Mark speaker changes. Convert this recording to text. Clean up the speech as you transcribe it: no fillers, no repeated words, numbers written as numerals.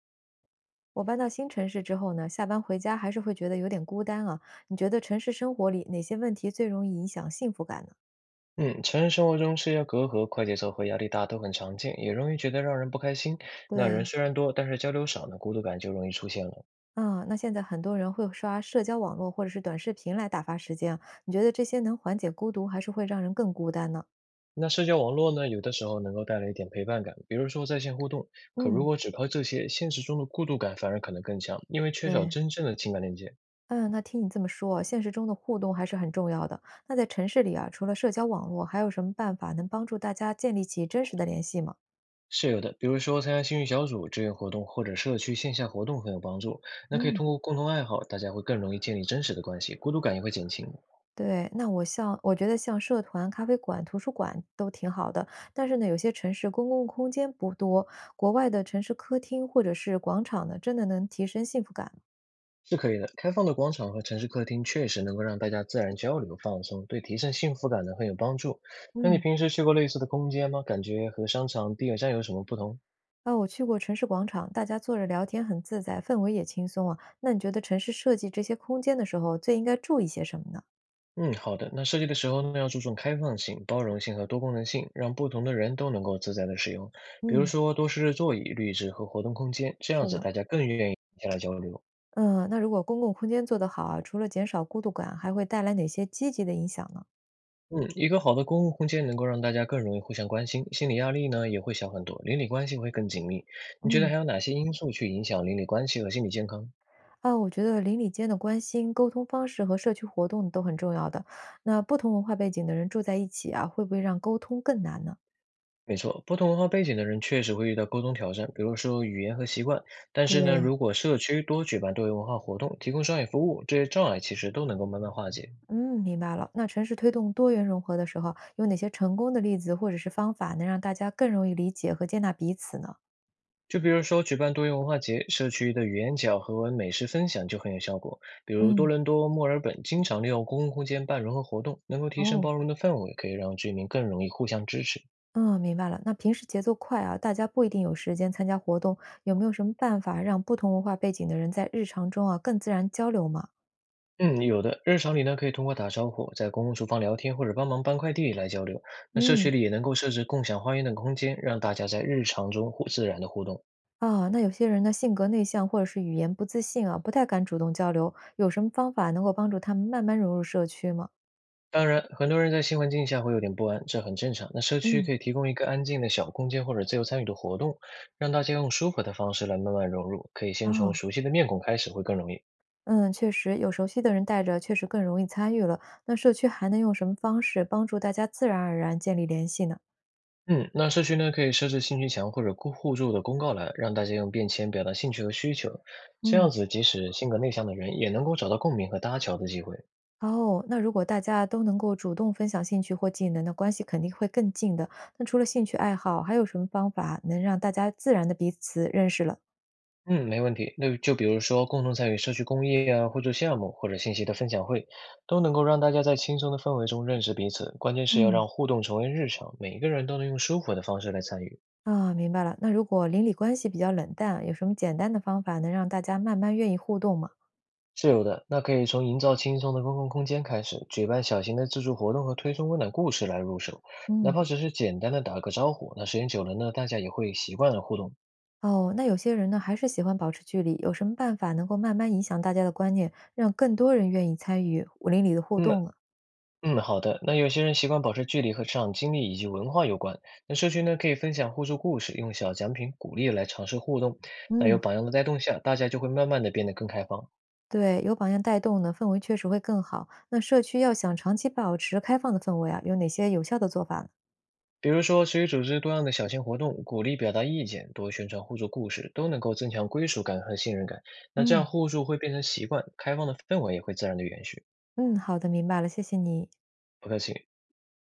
Speaker 1: 我搬到新城市之后呢，下班回家还是会觉得有点孤单啊。你觉得城市生活里哪些问题最容易影响幸福感呢？
Speaker 2: 嗯，成人生活中社交隔阂、快节奏和压力大都很常见，也容易觉得让人不开心。那人
Speaker 1: 对。
Speaker 2: 虽然多，但是交流少呢，孤独感就容易出现了。
Speaker 1: 啊，那现在很多人会刷社交网络或者是短视频来打发时间啊，你觉得这些能缓解孤独，还是会让人更孤单呢？
Speaker 2: 那社交网络呢，有的时候能够带来一点陪伴感，比如说在线互动。可如
Speaker 1: 嗯。
Speaker 2: 果只靠这些，现实中的孤独感反而可能更强，因为缺少
Speaker 1: 对。
Speaker 2: 真正的情感链接。
Speaker 1: 嗯，那听你这么说，现实中的互动还是很重要的。那在城市里啊，除了社交网络，还有什么办法能帮助大家建立起真实的联系吗？
Speaker 2: 是有的，比如说参加兴趣小组、志愿活动或者社区线下活动很有帮助。那可以
Speaker 1: 嗯。
Speaker 2: 通过共同爱好，大家会更容易建立真实的关系，孤独感也会减轻。
Speaker 1: 对，那我像我觉得像社团、咖啡馆、图书馆都挺好的，但是呢，有些城市公共空间不多，国外的城市客厅或者是广场呢，真的能提升幸福感。
Speaker 2: 是可以的，开放的广场和城市客厅确实能够让大家自然交流、放松，对提升幸福感呢很有帮助。那你
Speaker 1: 嗯。
Speaker 2: 平时去过类似的空间吗？感觉和商场、地铁站有什么不同？
Speaker 1: 啊，我去过城市广场，大家坐着聊天很自在，氛围也轻松啊。那你觉得城市设计这些空间的时候，最应该注意些什么呢？
Speaker 2: 嗯，好的。那设计的时候呢，要注重开放性、包容性和多功能性，让不同的人都能够自在的使用。比如
Speaker 1: 嗯。
Speaker 2: 说多设置座椅、绿植和活动空间，这样
Speaker 1: 是
Speaker 2: 子
Speaker 1: 的。
Speaker 2: 大家更愿意停下来交流。
Speaker 1: 嗯，那如果公共空间做得好啊，除了减少孤独感，还会带来哪些积极的影响呢？
Speaker 2: 嗯，一个好的公共空间能够让大家更容易互相关心，心理压力呢也会小很多，邻里关系会更紧密。你觉得
Speaker 1: 嗯。
Speaker 2: 还有哪些因素去影响邻里关系和心理健康？
Speaker 1: 啊，我觉得邻里间的关心、沟通方式和社区活动都很重要的。那不同文化背景的人住在一起啊，会不会让沟通更难呢？
Speaker 2: 没错，不同文化背景的人确实会遇到沟通挑战，比如说语言和习惯。但是呢，
Speaker 1: 对。
Speaker 2: 如果社区多举办多元文化活动，提供商业服务，这些障碍其实都能够慢慢化解。
Speaker 1: 嗯，明白了。那城市推动多元融合的时候，有哪些成功的例子或者是方法，能让大家更容易理解和接纳彼此呢？
Speaker 2: 就比如说举办多元文化节，社区的语言角和美食分享就很有效果。比如多
Speaker 1: 嗯。
Speaker 2: 伦多、墨尔本经常利用公共空间办融合活动，能够提升
Speaker 1: 哦。
Speaker 2: 包容的氛围，可以让居民更容易互相支持。
Speaker 1: 嗯，明白了。那平时节奏快啊，大家不一定有时间参加活动，有没有什么办法让不同文化背景的人在日常中啊更自然交流嘛？
Speaker 2: 嗯，有的，日常里呢可以通过打招呼，在公共厨房聊天或者帮忙搬快递来交流。那社
Speaker 1: 嗯。
Speaker 2: 区里也能够设置共享花园等空间，让大家在日常中互自然的互动。
Speaker 1: 啊，那有些人呢，性格内向或者是语言不自信啊，不太敢主动交流，有什么方法能够帮助他们慢慢融入社区吗？
Speaker 2: 当然，很多人在新环境下会有点不安，这很正常。那社区
Speaker 1: 嗯。
Speaker 2: 可以提供一个安静的小空间或者自由参与的活动，让大家用舒服的方式来慢慢融入。可以先从
Speaker 1: 哦。
Speaker 2: 熟悉的面孔开始，会更容易。
Speaker 1: 嗯，确实，有熟悉的人带着，确实更容易参与了。那社区还能用什么方式帮助大家自然而然建立联系呢？
Speaker 2: 嗯，那社区呢可以设置兴趣墙或者互助的公告栏，让大家用便签表达兴趣和需求。这样
Speaker 1: 嗯。
Speaker 2: 子，即使性格内向的人也能够找到共鸣和搭桥的机会。
Speaker 1: 哦，那如果大家都能够主动分享兴趣或技能，那关系肯定会更近的。那除了兴趣爱好，还有什么方法能让大家自然的彼此认识了？
Speaker 2: 嗯，没问题。那就比如说，共同参与社区公益啊，互助项目或者信息的分享会，都能够让大家在轻松的氛围中认识彼此。关键是要
Speaker 1: 嗯。
Speaker 2: 让互动成为日常，每一个人都能用舒服的方式来参与。
Speaker 1: 啊，明白了。那如果邻里关系比较冷淡，有什么简单的方法能让大家慢慢愿意互动吗？
Speaker 2: 是有的，那可以从营造轻松的公共空间开始，举办小型的自助活动和推送温暖故事来入手，哪
Speaker 1: 嗯。
Speaker 2: 怕只是简单的打个招呼，那时间久了呢，大家也会习惯了互动。
Speaker 1: 哦，那有些人呢还是喜欢保持距离，有什么办法能够慢慢影响大家的观念，让更多人愿意参与邻里的互
Speaker 2: 嗯，
Speaker 1: 动呢？
Speaker 2: 嗯，好的。那有些人习惯保持距离和职场经历以及文化有关。那社区呢，可以分享互助故事，用小奖品鼓励来尝试互动。那有
Speaker 1: 嗯。
Speaker 2: 榜样的带动下，大家就会慢慢的变得更开放。
Speaker 1: 对，有榜样带动呢，氛围确实会更好。那社区要想长期保持开放的氛围啊，有哪些有效的做法呢？
Speaker 2: 比如说，随意组织多样的小型活动，鼓励表达意见，多宣传互助故事，都能够增强归属感和信任感。那这样
Speaker 1: 嗯。
Speaker 2: 互助会变成习惯，开放的氛围也会自然的延续。
Speaker 1: 嗯，好的，明白了，谢谢你。
Speaker 2: 不客气。